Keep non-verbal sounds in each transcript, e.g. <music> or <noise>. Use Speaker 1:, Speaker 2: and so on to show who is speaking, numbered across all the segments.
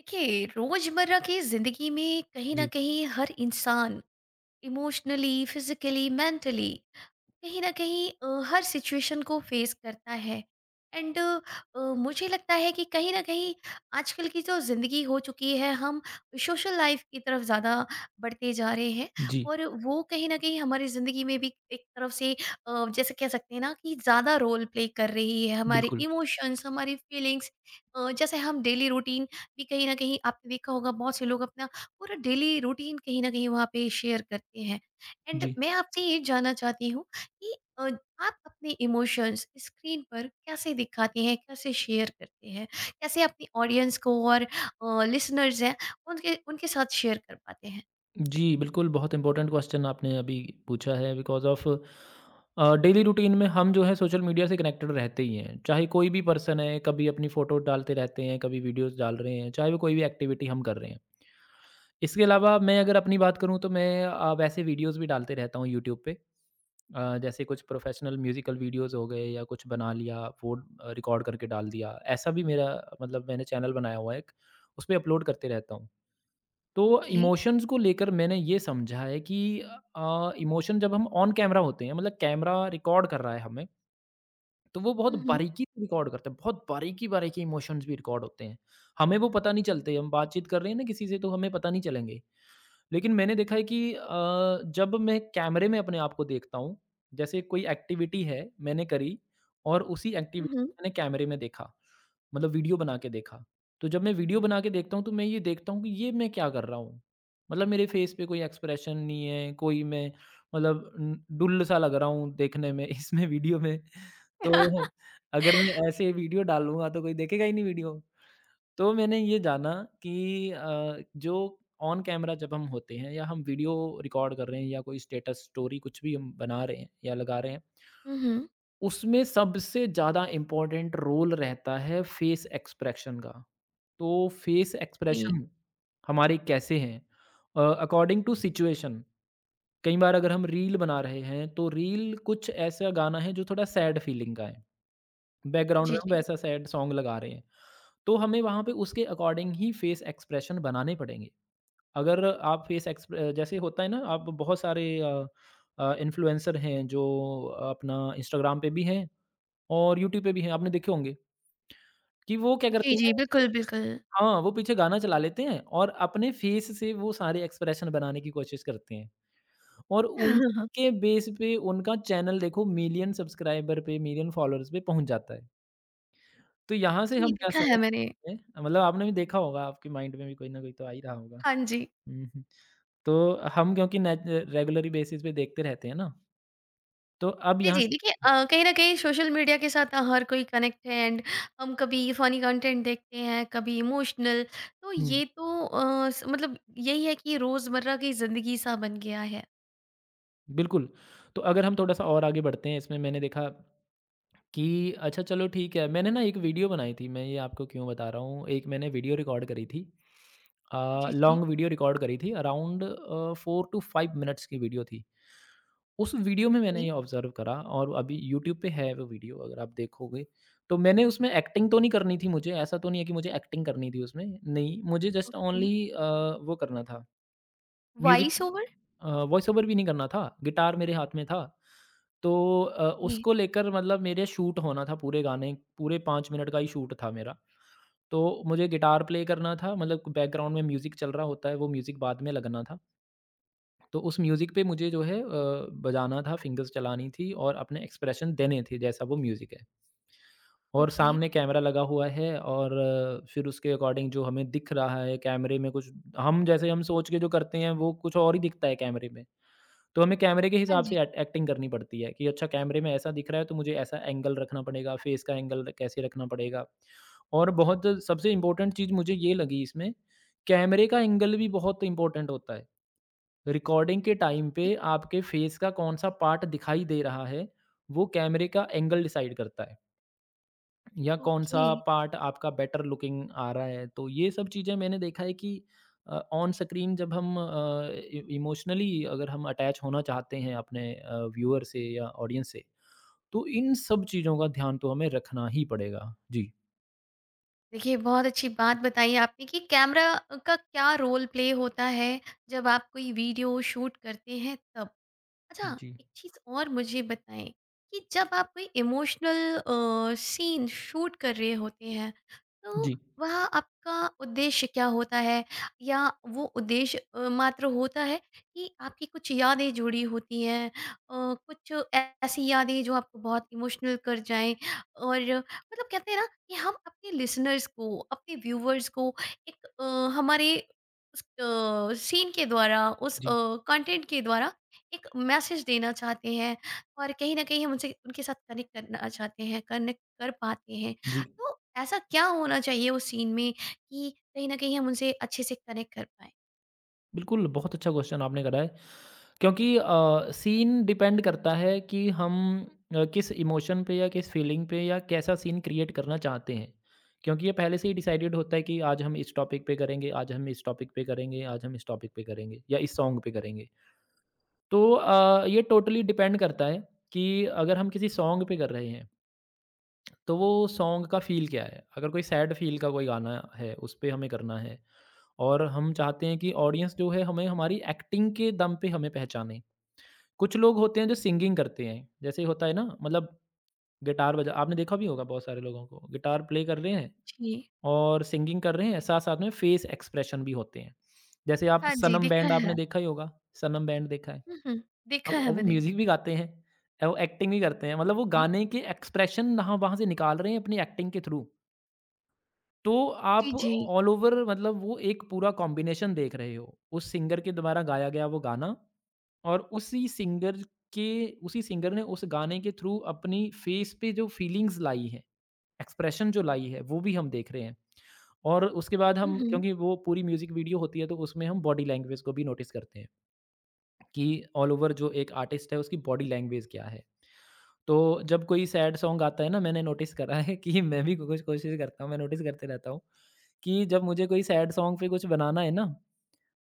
Speaker 1: देखिए, रोजमर्रा की जिंदगी में कहीं ना
Speaker 2: जी,
Speaker 1: कहीं हर इंसान इमोशनली, फिजिकली, मेंटली कहीं ना कहीं हर सिचुएशन को फेस करता है। एंड मुझे लगता है कि कहीं ना कहीं आजकल की जो ज़िंदगी हो चुकी है, हम सोशल लाइफ की तरफ ज़्यादा बढ़ते जा रहे हैं।
Speaker 2: जी,
Speaker 1: और वो कहीं ना कहीं हमारी ज़िंदगी में भी एक तरफ से जैसे कह सकते हैं ना कि ज़्यादा रोल प्ले कर रही है हमारे
Speaker 2: बिल्कुल।
Speaker 1: इमोशंस, हमारी फीलिंग्स। जैसे हम डेली रूटीन भी कहीं ना कहीं, आपने देखा होगा, बहुत से लोग अपना पूरा डेली रूटीन कहीं न कहीं वहाँ पे शेयर करते हैं। एंड
Speaker 2: जी,
Speaker 1: मैं आपसे ये जानना चाहती हूँ कि आप अपने इमोशंस स्क्रीन पर कैसे दिखाते हैं, कैसे शेयर करते हैं? कैसे अपनी ऑडियंस को और लिसनर्स हैं उनके उनके साथ शेयर कर पाते हैं?
Speaker 2: जी, बिल्कुल, बहुत इम्पोर्टेंट क्वेश्चन आपने अभी पूछा है बिकॉज़ ऑफ़ डेली रूटीन में हम जो है सोशल मीडिया से कनेक्टेड रहते ही हैं। चाहे कोई भी पर्सन है, कभी अपनी फ़ोटो डालते रहते हैं, कभी वीडियोज़ डाल रहे हैं, चाहे वो कोई भी एक्टिविटी हम कर रहे हैं। इसके अलावा मैं अगर अपनी बात करूँ तो मैं वैसे वीडियोज़ भी डालते रहता हूँ यूट्यूब पे। जैसे कुछ प्रोफ़ेशनल म्यूज़िकल वीडियोज़ हो गए या कुछ बना लिया, वो रिकॉर्ड करके डाल दिया। ऐसा भी मेरा मतलब मैंने चैनल बनाया हुआ है एक, उसपे अपलोड करते रहता हूँ। तो
Speaker 1: ओके।
Speaker 2: इमोशंस को लेकर मैंने ये समझा है कि इमोशन जब हम ऑन कैमरा होते हैं मतलब कैमरा रिकॉर्ड कर रहा है हमें तो वो बहुत
Speaker 1: हुँ, हुँ।
Speaker 2: बारीकी से रिकॉर्ड करते हैं, बहुत बारीकी बारीकी इमोशंस भी रिकॉर्ड होते हैं। हमें वो पता नहीं चलते, हम बातचीत कर रहे हैं ना किसी से तो हमें पता नहीं चलेंगे। लेकिन मैंने देखा है कि जब मैं कैमरे में अपने आप को देखता हूँ, जैसे कोई एक्टिविटी है मैंने करी और उसी
Speaker 1: हुँ,
Speaker 2: एक्टिविटी
Speaker 1: हुँ।
Speaker 2: मैंने कैमरे में देखा, मतलब वीडियो बना के देखा। तो जब मैं वीडियो बना के देखता हूँ तो मैं ये देखता हूँ कि ये मैं क्या कर रहा हूँ? मतलब मेरे फ़ेस पे कोई एक्सप्रेशन नहीं है, कोई मैं मतलब डुल्ल सा लग रहा हूँ देखने में <laughs> इसमें वीडियो में। तो अगर मैं ऐसे वीडियो डालूँगा तो कोई देखेगा ही नहीं वीडियो। तो मैंने ये जाना कि जो ऑन कैमरा जब हम होते हैं या हम वीडियो रिकॉर्ड कर रहे हैं या कोई स्टेटस स्टोरी कुछ भी हम बना रहे हैं या लगा रहे हैं,
Speaker 1: हुँ, हुँ।
Speaker 2: उसमें सबसे ज़्यादा इम्पोर्टेंट रोल रहता है फ़ेस एक्सप्रेशन का। तो फेस
Speaker 1: जी।
Speaker 2: एक्सप्रेशन हमारे कैसे हैं अकॉर्डिंग टू सिचुएशन। कई बार अगर हम रील बना रहे हैं तो रील कुछ ऐसा गाना है जो थोड़ा सैड फीलिंग का है, बैकग्राउंड
Speaker 1: जी,
Speaker 2: में हम
Speaker 1: जी।
Speaker 2: वैसा सैड सॉन्ग लगा रहे हैं, तो हमें वहाँ पे उसके अकॉर्डिंग ही फेस एक्सप्रेशन बनाने पड़ेंगे। अगर आप फेस एक्सप्रे जैसे होता है ना, आप बहुत सारे इन्फ्लुएंसर हैं जो अपना इंस्टाग्राम पे भी हैं और यूट्यूब पे भी हैं आपने देखे होंगे कि वो क्या
Speaker 1: जी,
Speaker 2: करते
Speaker 1: जी।
Speaker 2: हैं।
Speaker 1: बिल्कुल, बिल्कुल।
Speaker 2: हाँ, वो पीछे गाना चला लेते हैं और अपने फेस से वो सारे एक्सप्रेशन बनाने की कोशिश करते हैं और
Speaker 1: <laughs>
Speaker 2: उनके बेस पे उनका चैनल देखो मिलियन सब्सक्राइबर पे, मिलियन फॉलोअर्स पे पहुँच जाता है। तो यहाँ से
Speaker 1: जी,
Speaker 2: हम क्या
Speaker 1: देखा है
Speaker 2: समझ
Speaker 1: मैंने।
Speaker 2: सकते हैं, मतलब आपने भी देखा होगा, आपके माइंड में भी कोई ना कोई तो आ ही रहा होगा।
Speaker 1: हाँ जी।
Speaker 2: हुँ, हुँ। तो हम क्योंकि नेच रेगुलरी बेसिस पे देखते रहते हैं ना, तो अब
Speaker 1: जी,
Speaker 2: यहाँ
Speaker 1: जी। देखिए,
Speaker 2: से
Speaker 1: कहीं न कहीं सोशल मीडिया के साथ हर कोई कनेक्ट है। एंड हम कभी फ़नी कंटेंट देखते हैं, कभी इमोशनल। तो
Speaker 2: हुँ,
Speaker 1: ये तो अ, स मतलब यही है कि रोज़मर्रा की ज़िंदगी सा बन गया है।
Speaker 2: बिल्कुल। तो अगर हम थोड़ा-सा और आगे बढ़ते हैं इसमें मैंने देखा कि अच्छा चलो ठीक है, मैंने ना एक वीडियो बनाई थी, मैं ये आपको क्यों बता रहा हूँ, एक मैंने वीडियो रिकॉर्ड करी थी,
Speaker 1: जी, जी।
Speaker 2: लॉन्ग वीडियो रिकॉर्ड करी थी अराउंड 4-5 मिनट्स की वीडियो थी। उस वीडियो में
Speaker 1: ओके,
Speaker 2: मैंने ये ऑब्जर्व करा और अभी यूट्यूब पे है वो वीडियो, अगर आप देखोगे तो मैंने उसमें एक्टिंग तो नहीं करनी थी, मुझे ऐसा तो नहीं है कि मुझे एक्टिंग करनी थी उसमें, नहीं मुझे जस्ट
Speaker 1: ओके।
Speaker 2: ओनली वो करना था, music
Speaker 1: voice over?
Speaker 2: Voice over भी नहीं करना था, गिटार मेरे हाथ में था। तो
Speaker 1: ओके,
Speaker 2: उसको लेकर मतलब मेरे शूट होना था पूरे गाने, पूरे 5 मिनट का ही शूट था मेरा। तो मुझे गिटार प्ले करना था, मतलब बैकग्राउंड में म्यूज़िक चल रहा होता है, वो म्यूज़िक बाद में लगना था। तो उस म्यूज़िक पे मुझे जो है बजाना था, फिंगर्स चलानी थी और अपने एक्सप्रेशन देने थे जैसा वो म्यूज़िक है। और
Speaker 1: ओके।
Speaker 2: सामने कैमरा लगा हुआ है और फिर उसके अकॉर्डिंग जो हमें दिख रहा है कैमरे में कुछ, हम जैसे हम सोच के जो करते हैं वो कुछ और ही दिखता है कैमरे में। तो हमें कैमरे के
Speaker 1: हाँ
Speaker 2: हिसाब
Speaker 1: जी।
Speaker 2: से एक्टिंग करनी पड़ती है कि अच्छा कैमरे में ऐसा दिख रहा है तो मुझे ऐसा एंगल रखना पड़ेगा, फेस का एंगल कैसे रखना पड़ेगा। और बहुत सबसे इम्पोर्टेंट चीज़ मुझे ये लगी इसमें, कैमरे का एंगल भी बहुत इम्पोर्टेंट होता है। रिकॉर्डिंग के टाइम
Speaker 1: ओके,
Speaker 2: पे आपके फेस का कौन-सा पार्ट दिखाई दे रहा है, वो कैमरे का एंगल डिसाइड करता है। या
Speaker 1: ओके।
Speaker 2: कौन-सा पार्ट आपका बेटर लुकिंग आ रहा है। तो ये सब चीज़ें मैंने देखा है कि अ, ऑन स्क्रीन जब हम अ, इ इमोशनली अगर हम अटैच होना चाहते हैं अपने व्यूअर से या ऑडियंस से, तो इन सब चीज़ों का ध्यान तो हमें रखना ही पड़ेगा। जी।
Speaker 1: देखिए, बहुत अच्छी बात बताई आपने कि कैमरा का क्या रोल प्ले होता है जब आप कोई वीडियो शूट करते हैं तब? अच्छा,
Speaker 2: जी।
Speaker 1: एक चीज़ और मुझे बताएं कि जब आप कोई इमोशनल सीन शूट कर रहे होते हैं तो
Speaker 2: जी।
Speaker 1: वह आपका उद्देश्य क्या होता है, या वो उद्देश्य मात्र होता है कि आपकी कुछ यादें जुड़ी होती हैं, कुछ ऐसी यादें जो आपको बहुत इमोशनल कर जाएं, और मतलब कहते हैं ना कि हम अपने लिसनर्स को, अपने व्यूवर्स को एक हमारे उस सीन के द्वारा, उस
Speaker 2: जी।
Speaker 1: कंटेंट के द्वारा एक मैसेज देना चाहते हैं और कहीं न कहीं हम उनसे, उनके साथ कनेक्ट करना चाहते हैं, कनेक्ट कर पाते हैं।
Speaker 2: जी,
Speaker 1: तो ऐसा क्या होना चाहिए उस सीन में कि कहीं न कहीं हम उनसे अच्छे से कनेक्ट कर पाएँ?
Speaker 2: बिल्कुल, बहुत अच्छा क्वेश्चन आपने करा है। क्योंकि सीन डिपेंड करता है कि हम किस इमोशन पे या किस फीलिंग पे या कैसा सीन क्रिएट करना चाहते हैं। क्योंकि ये पहले से ही डिसाइडेड होता है कि आज हम इस टॉपिक पे करेंगे, आज हम इस टॉपिक पे करेंगे, आज हम इस टॉपिक पे करेंगे या इस सॉन्ग पे करेंगे। तो ये टोटली डिपेंड करता है कि अगर हम किसी सॉन्ग पे कर रहे हैं, तो वो सॉन्ग का फ़ील क्या है? अगर कोई सैड फ़ील का कोई गाना है, उस पे हमें करना है। और हम चाहते हैं कि ऑडियंस जो है हमें हमारी एक्टिंग के दम पे हमें पहचाने। कुछ लोग होते हैं जो सिंगिंग करते हैं, जैसे होता है ना मतलब गिटार बजा आपने देखा भी होगा बहुत सारे लोगों को, गिटार प्ले कर रहे हैं
Speaker 1: जी।
Speaker 2: और सिंगिंग कर रहे हैं, साथ-साथ में फेस एक्सप्रेशन भी होते हैं। जैसे आप
Speaker 1: हाँ जी,
Speaker 2: सनम
Speaker 1: देखा
Speaker 2: बैंड आपने
Speaker 1: है।
Speaker 2: देखा ही होगा, सनम बैंड देखा है।
Speaker 1: हुँ, हुँ। देखा
Speaker 2: अब
Speaker 1: है
Speaker 2: अब वो
Speaker 1: मैंने।
Speaker 2: म्यूज़िक भी गाते हैं, अब वो एक्टिंग भी करते हैं, मतलब वो
Speaker 1: जी।
Speaker 2: गाने के एक्सप्रेशन वहाँ वहाँ से निकाल रहे हैं अपनी एक्टिंग के थ्रू। तो
Speaker 1: जी,
Speaker 2: आप
Speaker 1: जी।
Speaker 2: ऑल ओवर मतलब वो एक पूरा कॉम्बिनेशन देख रहे हो। उस सिंगर के द्वारा गाया गया वो गाना और के उसी सिंगर ने उस गाने के थ्रू अपनी फ़ेस पे जो फ़ीलिंग्स लाई है, एक्सप्रेशन जो लाई है, वो भी हम देख रहे हैं। और उसके बाद
Speaker 1: हुँ,
Speaker 2: हम,
Speaker 1: हुँ।
Speaker 2: क्योंकि वो पूरी म्यूज़िक वीडियो होती है, तो उसमें हम बॉडी लैंग्वेज को भी नोटिस करते हैं कि ऑल ओवर जो एक आर्टिस्ट है, उसकी बॉडी लैंग्वेज क्या है। तो जब कोई सैड सॉन्ग आता है ना, मैंने नोटिस करा है कि मैं भी कुछ कोशिश करता हूँ, मैं नोटिस करते रहता हूँ कि जब मुझे कोई सैड सॉन्ग पे कुछ बनाना है ना,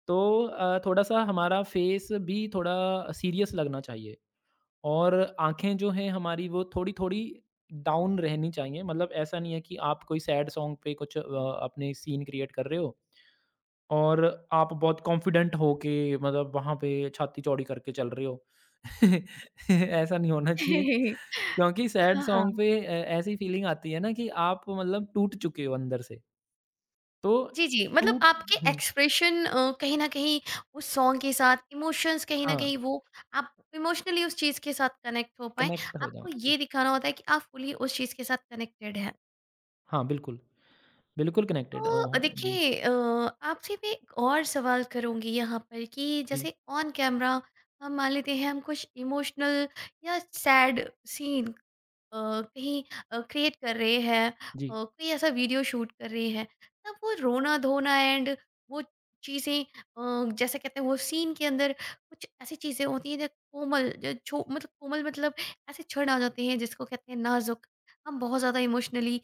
Speaker 2: तो थोड़ा-सा हमारा फेस भी थोड़ा सीरियस लगना चाहिए और आँखें जो हैं हमारी वो थोड़ी-थोड़ी डाउन रहनी चाहिए। मतलब ऐसा नहीं है कि आप कोई सैड सॉन्ग पे कुछ अपने सीन क्रिएट कर रहे हो और आप बहुत कॉन्फिडेंट होके मतलब वहाँ पे छाती चौड़ी करके चल रहे हो। <laughs> ऐसा नहीं होना चाहिए
Speaker 1: <laughs>
Speaker 2: क्योंकि सैड
Speaker 1: हाँ,
Speaker 2: सॉन्ग
Speaker 1: हाँ।
Speaker 2: पे ऐसी फीलिंग आती है ना कि आप मतलब टूट चुके हो अंदर से। तो
Speaker 1: जी, जी। मतलब
Speaker 2: टूट
Speaker 1: आपके
Speaker 2: हुँ।
Speaker 1: एक्सप्रेशन कहीं न कहीं उस सॉन्ग के साथ, इमोशंस कहीं न
Speaker 2: हाँ,
Speaker 1: कहीं वो, आप इमोशनली उस चीज़ के साथ कनेक्ट हो पाएँ,
Speaker 2: कनेक्ट हो जाओ,
Speaker 1: आपको ये
Speaker 2: जी।
Speaker 1: दिखाना होता है कि आप फुली उस चीज़ के साथ कनेक्टेड हैं।
Speaker 2: हाँ, बिल्कुल, बिल्कुल कनेक्टेड
Speaker 1: तो
Speaker 2: ओहो! जी,
Speaker 1: देखिए, आपसे मैं एक और सवाल करूँगी यहाँ पर कि
Speaker 2: जी,
Speaker 1: जैसे ऑन कैमरा हम मान लेते हैं हम कुछ इमोशनल या सैड सीन कहीं क्रिएट कर रहे हैं,
Speaker 2: जी,
Speaker 1: कोई ऐसा वीडियो शूट कर रहे हैं, तब वो रोना धोना एंड वो चीज़ें, जैसे कहते हैं वो सीन के अंदर कुछ ऐसी चीज़ें होती हैं जो कोमल, जो छो मतलब कोमल मतलब ऐसे क्षण आ जाते हैं जिसको कहते हैं नाजुक, हम बहुत ज़्यादा इमोशनली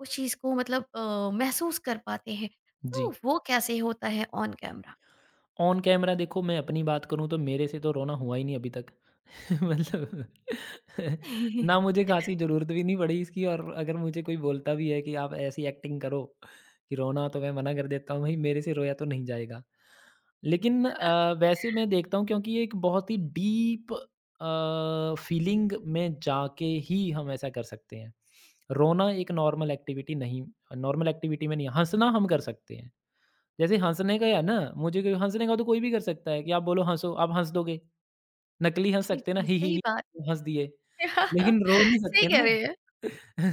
Speaker 1: उस चीज़ को मतलब महसूस कर पाते हैं। तो
Speaker 2: जी।
Speaker 1: वो कैसे होता है ऑन कैमरा?
Speaker 2: ऑन कैमरा देखो, मैं अपनी बात करूँ तो मेरे से तो रोना हुआ ही नहीं अभी तक। <laughs> मतलब <laughs> ना
Speaker 1: <laughs>
Speaker 2: मुझे खासी ज़रूरत भी नहीं पड़ी इसकी और अगर मुझे कोई बोलता भी है कि आप ऐसी एक्टिंग करो कि रोना, तो मैं मना कर देता हूँ, भाई मेरे से रोया तो नहीं जाएगा। लेकिन वैसे मैं देखता हूँ, क्योंकि ये एक बहुत ही डीप फीलिंग में जाके ही हम ऐसा कर सकते हैं। रोना एक नॉर्मल एक्टिविटी में नहीं है, हँसना हम कर सकते हैं। जैसे हँसने का है ना, मुझे कोई हँसने का तो कोई भी कर सकता है कि आप बोलो हँसो, आप हँस दोगे। नकली हँस
Speaker 1: जी
Speaker 2: सकते हैं ना,
Speaker 1: जी, सही बात।
Speaker 2: ही हँस दिए, लेकिन
Speaker 1: <laughs>
Speaker 2: रो नहीं
Speaker 1: सही
Speaker 2: सकते
Speaker 1: कह
Speaker 2: ना।
Speaker 1: रहे हैं।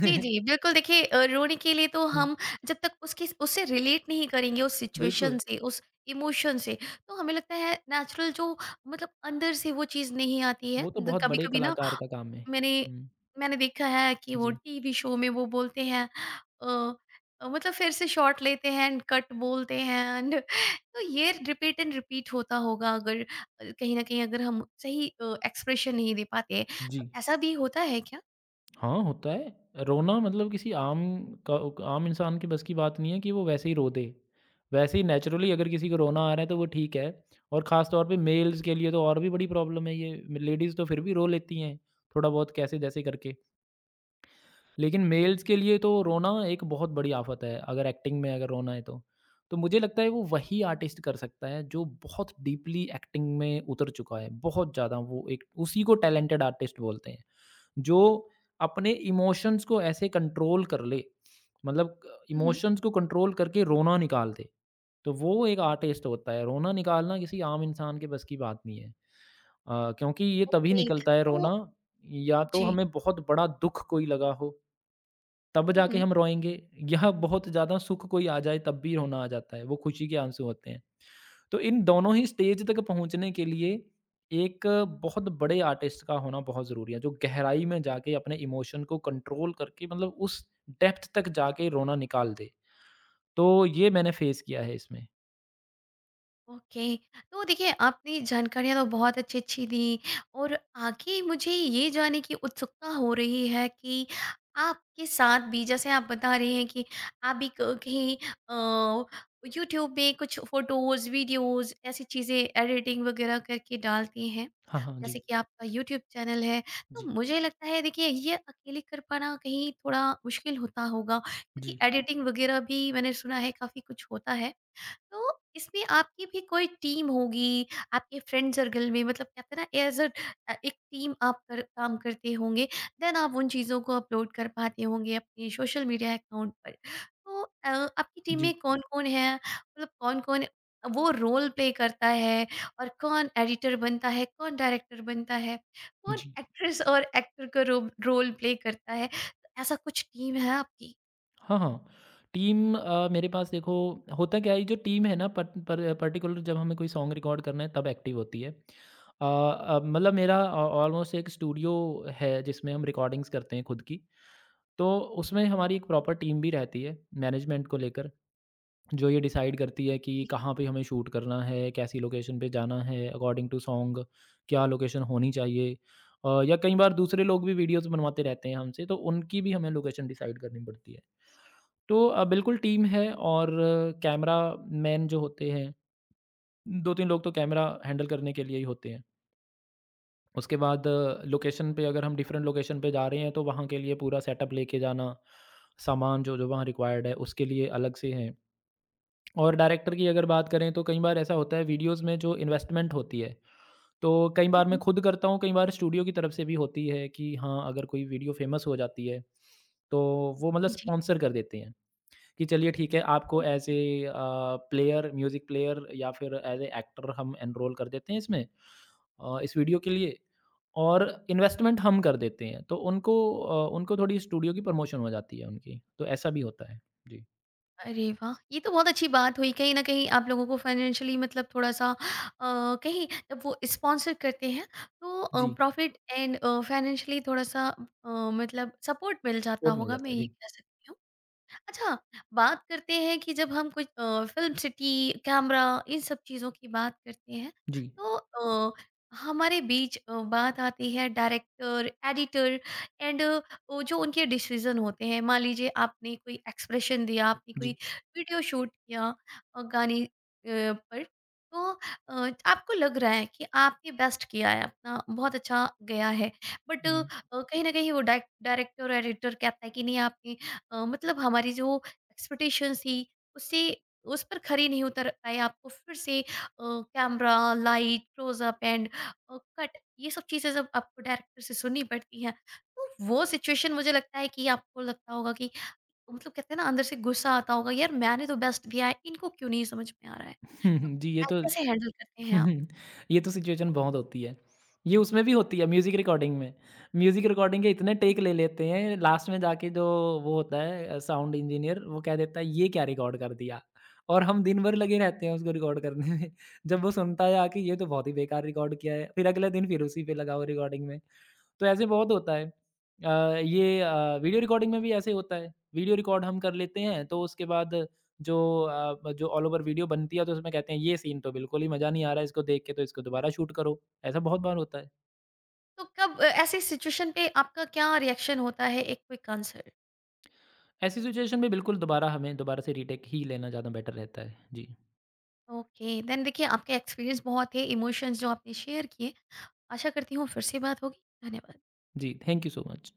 Speaker 1: जी, जी,
Speaker 2: <laughs>
Speaker 1: बिल्कुल। देखिए, रोने के लिए तो
Speaker 2: हुँ,
Speaker 1: हम जब तक उसकी, उससे रिलेट नहीं करेंगे, उस सिचुएशन
Speaker 2: बिल्कुल,
Speaker 1: से, उस इमोशन से, तो हमें लगता है नेचुरल जो मतलब अंदर से वो चीज़ नहीं आती है।
Speaker 2: वो तो
Speaker 1: द
Speaker 2: बहुत बड़े
Speaker 1: कभी-कभी ना
Speaker 2: कलाकार का काम है।
Speaker 1: मैंने
Speaker 2: हुँ,
Speaker 1: मैंने देखा है कि वो
Speaker 2: जी।
Speaker 1: टीवी शो में वो बोलते हैं अ मतलब फिर से शॉट लेते हैं एंड कट बोलते हैं एंड <laughs> तो ये रिपीट एंड रिपीट होता होगा अगर कहीं न कहीं अगर हम सही एक्सप्रेशन नहीं दे पाते। तो
Speaker 2: जी,
Speaker 1: ऐसा भी होता है क्या?
Speaker 2: हाँ, होता है। रोना मतलब किसी आम का आम इंसान के बस की बात नहीं है कि वो वैसे ही रो दे। वैसे ही नेचुरली अगर किसी को रोना आ रहा है तो वो ठीक है, और ख़ास तौर पे मेल्स के लिए तो और भी बड़ी प्रॉब्लम है ये। लेडीज़ तो फिर भी रो लेती हैं, थोड़ा बहुत कैसे-जैसे करके। लेकिन मेल्स के लिए तो रोना एक बहुत बड़ी आफ़त है, अगर एक्टिंग में अगर रोना है तो। तो मुझे लगता है वो वही आर्टिस्ट कर सकता है जो बहुत डीपली एक्टिंग में उतर चुका है, बहुत ज़्यादा, वो एक उसी को टैलेंटेड आर्टिस्ट बोलते हैं, जो अपने इमोशंस को ऐसे कंट्रोल कर ले, मतलब
Speaker 1: हुँ, हुँ।
Speaker 2: इमोशंस को कंट्रोल करके रोना निकाल दे। तो वो एक आर्टिस्ट होता है, रोना निकालना किसी आम इंसान के बस की बात नहीं है। क्योंकि ये तभी
Speaker 1: ओके।
Speaker 2: निकलता है
Speaker 1: तो
Speaker 2: रोना, या तो
Speaker 1: जी।
Speaker 2: हमें बहुत बड़ा दुःख कोई लगा हो तब जाके
Speaker 1: हुँ,
Speaker 2: हम रोएँगे। यह बहुत ज़्यादा सुख कोई आ जाए तब भी रोना आ जाता है, वो खुशी के आँसू होते हैं। तो इन दोनों ही स्टेज तक पहुँचने के लिए एक बहुत बड़े आर्टिस्ट का होना बहुत ज़रूरी है, जो गहराई में जाके अपने इमोशन को कंट्रोल करके मतलब उस डेप्थ तक जाके रोना निकाल दे। तो ये मैंने फेस किया है इसमें।
Speaker 1: ओके। तो देखिए, आपने जानकारियाँ तो बहुत अच्छी-अच्छी दी और आगे मुझे ये जानने की उत्सुकता हो रही है कि आपके साथ भी, जैसे आप बता रहे हैं कि आप भी क कहीं अ, यूट्यूब में कुछ फ़ोटोज़, वीडियोज़, ऐसी चीज़ें एडिटिंग वग़ैरह करके डालती हैं।
Speaker 2: हाँ, हाँ।
Speaker 1: जैसे
Speaker 2: जी।
Speaker 1: कि आपका यूट्यूब चैनल है, तो
Speaker 2: जी।
Speaker 1: मुझे लगता है, देखिए, ये अकेले कर पाना कहीं थोड़ा मुश्किल होता होगा
Speaker 2: जी।
Speaker 1: क्योंकि एडिटिंग वग़ैरह भी मैंने सुना है काफ़ी कुछ होता है। तो इसमें आपकी भी कोई टीम होगी, आपके फ्रेंड सर्कल में मतलब कहते हैं ना, एज़ अ एक टीम आप कर काम करते होंगे, देन आप उन चीज़ों को अपलोड कर पाते होंगे अपने सोशल मीडिया अकाउंट पर। तो आपकी टीम में
Speaker 2: जी।
Speaker 1: कौन-कौन है? मतलब कौन-कौन वो रोल प्ले करता है, और कौन एडिटर बनता है, कौन डायरेक्टर बनता है, कौन
Speaker 2: जी।
Speaker 1: एक्ट्रेस और एक्टर का रोब रोल प्ले करता है? तो ऐसा कुछ टीम है आपकी?
Speaker 2: हाँ, हाँ। टीम मेरे पास देखो, होता क्या है, जो टीम है ना पट पर पर्टिकुलर जब हमें कोई सॉन्ग रिकॉर्ड करना है तब एक्टिव होती है। मतलब मेरा ऑ ऑलमोस्ट एक स्टूडियो है जिसमें हम रिकॉर्डिंग्स करते हैं खुद की। तो उसमें हमारी एक प्रॉपर टीम भी रहती है मैनेजमेंट को लेकर, जो ये डिसाइड करती है कि
Speaker 1: जी।
Speaker 2: कहाँ पे हमें शूट करना है, कैसी लोकेशन पे जाना है अकॉर्डिंग टू सॉन्ग क्या लोकेशन होनी चाहिए। या कई बार दूसरे लोग भी वीडियोज़ बनवाते रहते हैं हमसे, तो उनकी भी हमें लोकेशन डिसाइड करनी पड़ती है। तो बिल्कुल टीम है, और कैमरा मैन जो होते हैं, 2-3 लोग तो कैमरा हैंडल करने के लिए ही होते हैं। उसके बाद लोकेशन पे, अगर हम डिफरेंट लोकेशन पे जा रहे हैं, तो वहाँ के लिए पूरा सेटअप लेके जाना, सामान जो-जो वहाँ रिक्वायर्ड है, उसके लिए अलग से हैं। और डायरेक्टर की अगर बात करें, तो कई बार ऐसा होता है वीडियोज़ में जो इन्वेस्टमेंट होती है, तो कई
Speaker 1: हुँ,
Speaker 2: बार मैं
Speaker 1: हुँ।
Speaker 2: खुद करता हूँ, कई बार स्टूडियो की तरफ से भी होती है कि हाँ, अगर कोई वीडियो फ़ेमस हो जाती है, तो वो मतलब
Speaker 1: जी,
Speaker 2: स्पॉन्सर कर देते हैं। कि चलिए ठीक है, आपको एज़
Speaker 1: जी।
Speaker 2: ए प्लेयर म्यूज़िक प्लेयर या फिर एज़ ए एक्टर हम एनरोल कर देते हैं इसमें, इस वीडियो के लिए, और इन्वेस्टमेंट हम कर देते हैं तो उनको, उनको थोड़ी स्टूडियो की प्रमोशन हो जाती है उनकी, तो ऐसा भी होता है। जी।
Speaker 1: अरे वाह! ये तो बहुत अच्छी बात हुई। कहीं न कहीं आप लोगों को फाइनेंशियली मतलब थोड़ा-सा कहीं जब वो स्पॉन्सर करते हैं तो
Speaker 2: जी,
Speaker 1: प्रॉफ़िट एंड फाइनेंशियली थोड़ा-सा मतलब सपोर्ट मिल जाता
Speaker 2: सपोर्ट मिल
Speaker 1: होगा, मैं
Speaker 2: जाता है।
Speaker 1: ये
Speaker 2: जी।
Speaker 1: कह सकती हूँ। अच्छा, बात करते हैं कि जब हम कुछ फ़िल्म सिटी, कैमरा, इन सब चीज़ों की बात करते हैं,
Speaker 2: जी,
Speaker 1: तो हमारे बीच बात आती है डायरेक्टर, एडिटर एंड वो जो उनके डिसीज़न होते हैं। मान लीजिए आपने कोई एक्सप्रेशन दिया, आपने कोई
Speaker 2: जी।
Speaker 1: वीडियो शूट किया गाने पर, तो आपको लग रहा है कि आपने बेस्ट किया है, अपना बहुत अच्छा गया है। बट
Speaker 2: हुँ।
Speaker 1: कहीं न कहीं वो डायरेक्टर, एडिटर कहता है कि नहीं आपने मतलब हमारी जो एक्सपेक्टेशंस थी उससे, उस पर खरी नहीं उतर पाए। आपको फिर से camera, light, closeup and cut, ये सब चीज़ें जब आपको डायरेक्टर से सुननी पड़ती हैं, तो वो सिचुएशन मुझे लगता है कि आपको लगता होगा कि मतलब कहते हैं ना, अंदर से गुस्सा आता होगा, यार मैंने तो बेस्ट दिया है, इनको क्यों नहीं समझ में आ रहा है।
Speaker 2: <laughs>
Speaker 1: तो
Speaker 2: जी, ये तो
Speaker 1: कैसे हैंडल करते
Speaker 2: <laughs>
Speaker 1: हैं आप?
Speaker 2: हम्म, ये तो सिचुएशन बहुत होती है। ये उसमें भी होती है म्यूज़िक रिकॉर्डिंग में। म्यूज़िक रिकॉर्डिंग के इतने टेक ले लेते हैं लास्ट में जाके जो वो होता है साउंड इंजीनियर, वो कह देता है ये क्या रिकॉर्ड कर दिया? और हम दिन भर लगे रहते हैं उसको रिकॉर्ड करने में। <laughs> जब वो सुनता है आके ये तो बहुत ही बेकार रिकॉर्ड किया है। फिर अगले दिन फिर उसी पे लगा हुआ रिकॉर्डिंग में। तो ऐसे बहुत होता है। ये वीडियो रिकॉर्डिंग में भी ऐसे होता है। वीडियो रिकॉर्ड हम कर लेते हैं तो उसके बाद जो जो ऑल ओवर वीडियो बनती है तो उसमें कहते हैं ये सीन तो बिल्कुल ही मज़ा नहीं आ रहा है इसको देख के, तो इसको दोबारा शूट करो। ऐसा बहुत बार होता है।
Speaker 1: तो कब ऐसे सिचुएशन पे आपका क्या रिएक्शन होता है, एक क्विक आंसर?
Speaker 2: ऐसी सिचुएशन में बिल्कुल दोबारा, हमें दोबारा से रीटेक ही लेना ज़्यादा बेटर रहता है। जी।
Speaker 1: Okay then. देखिए, आपके एक्सपीरियंस बहुत थे, इमोशंस जो आपने शेयर किए। आशा करती हूँ फिर से बात होगी। धन्यवाद।
Speaker 2: जी, थैंक यू सो मच।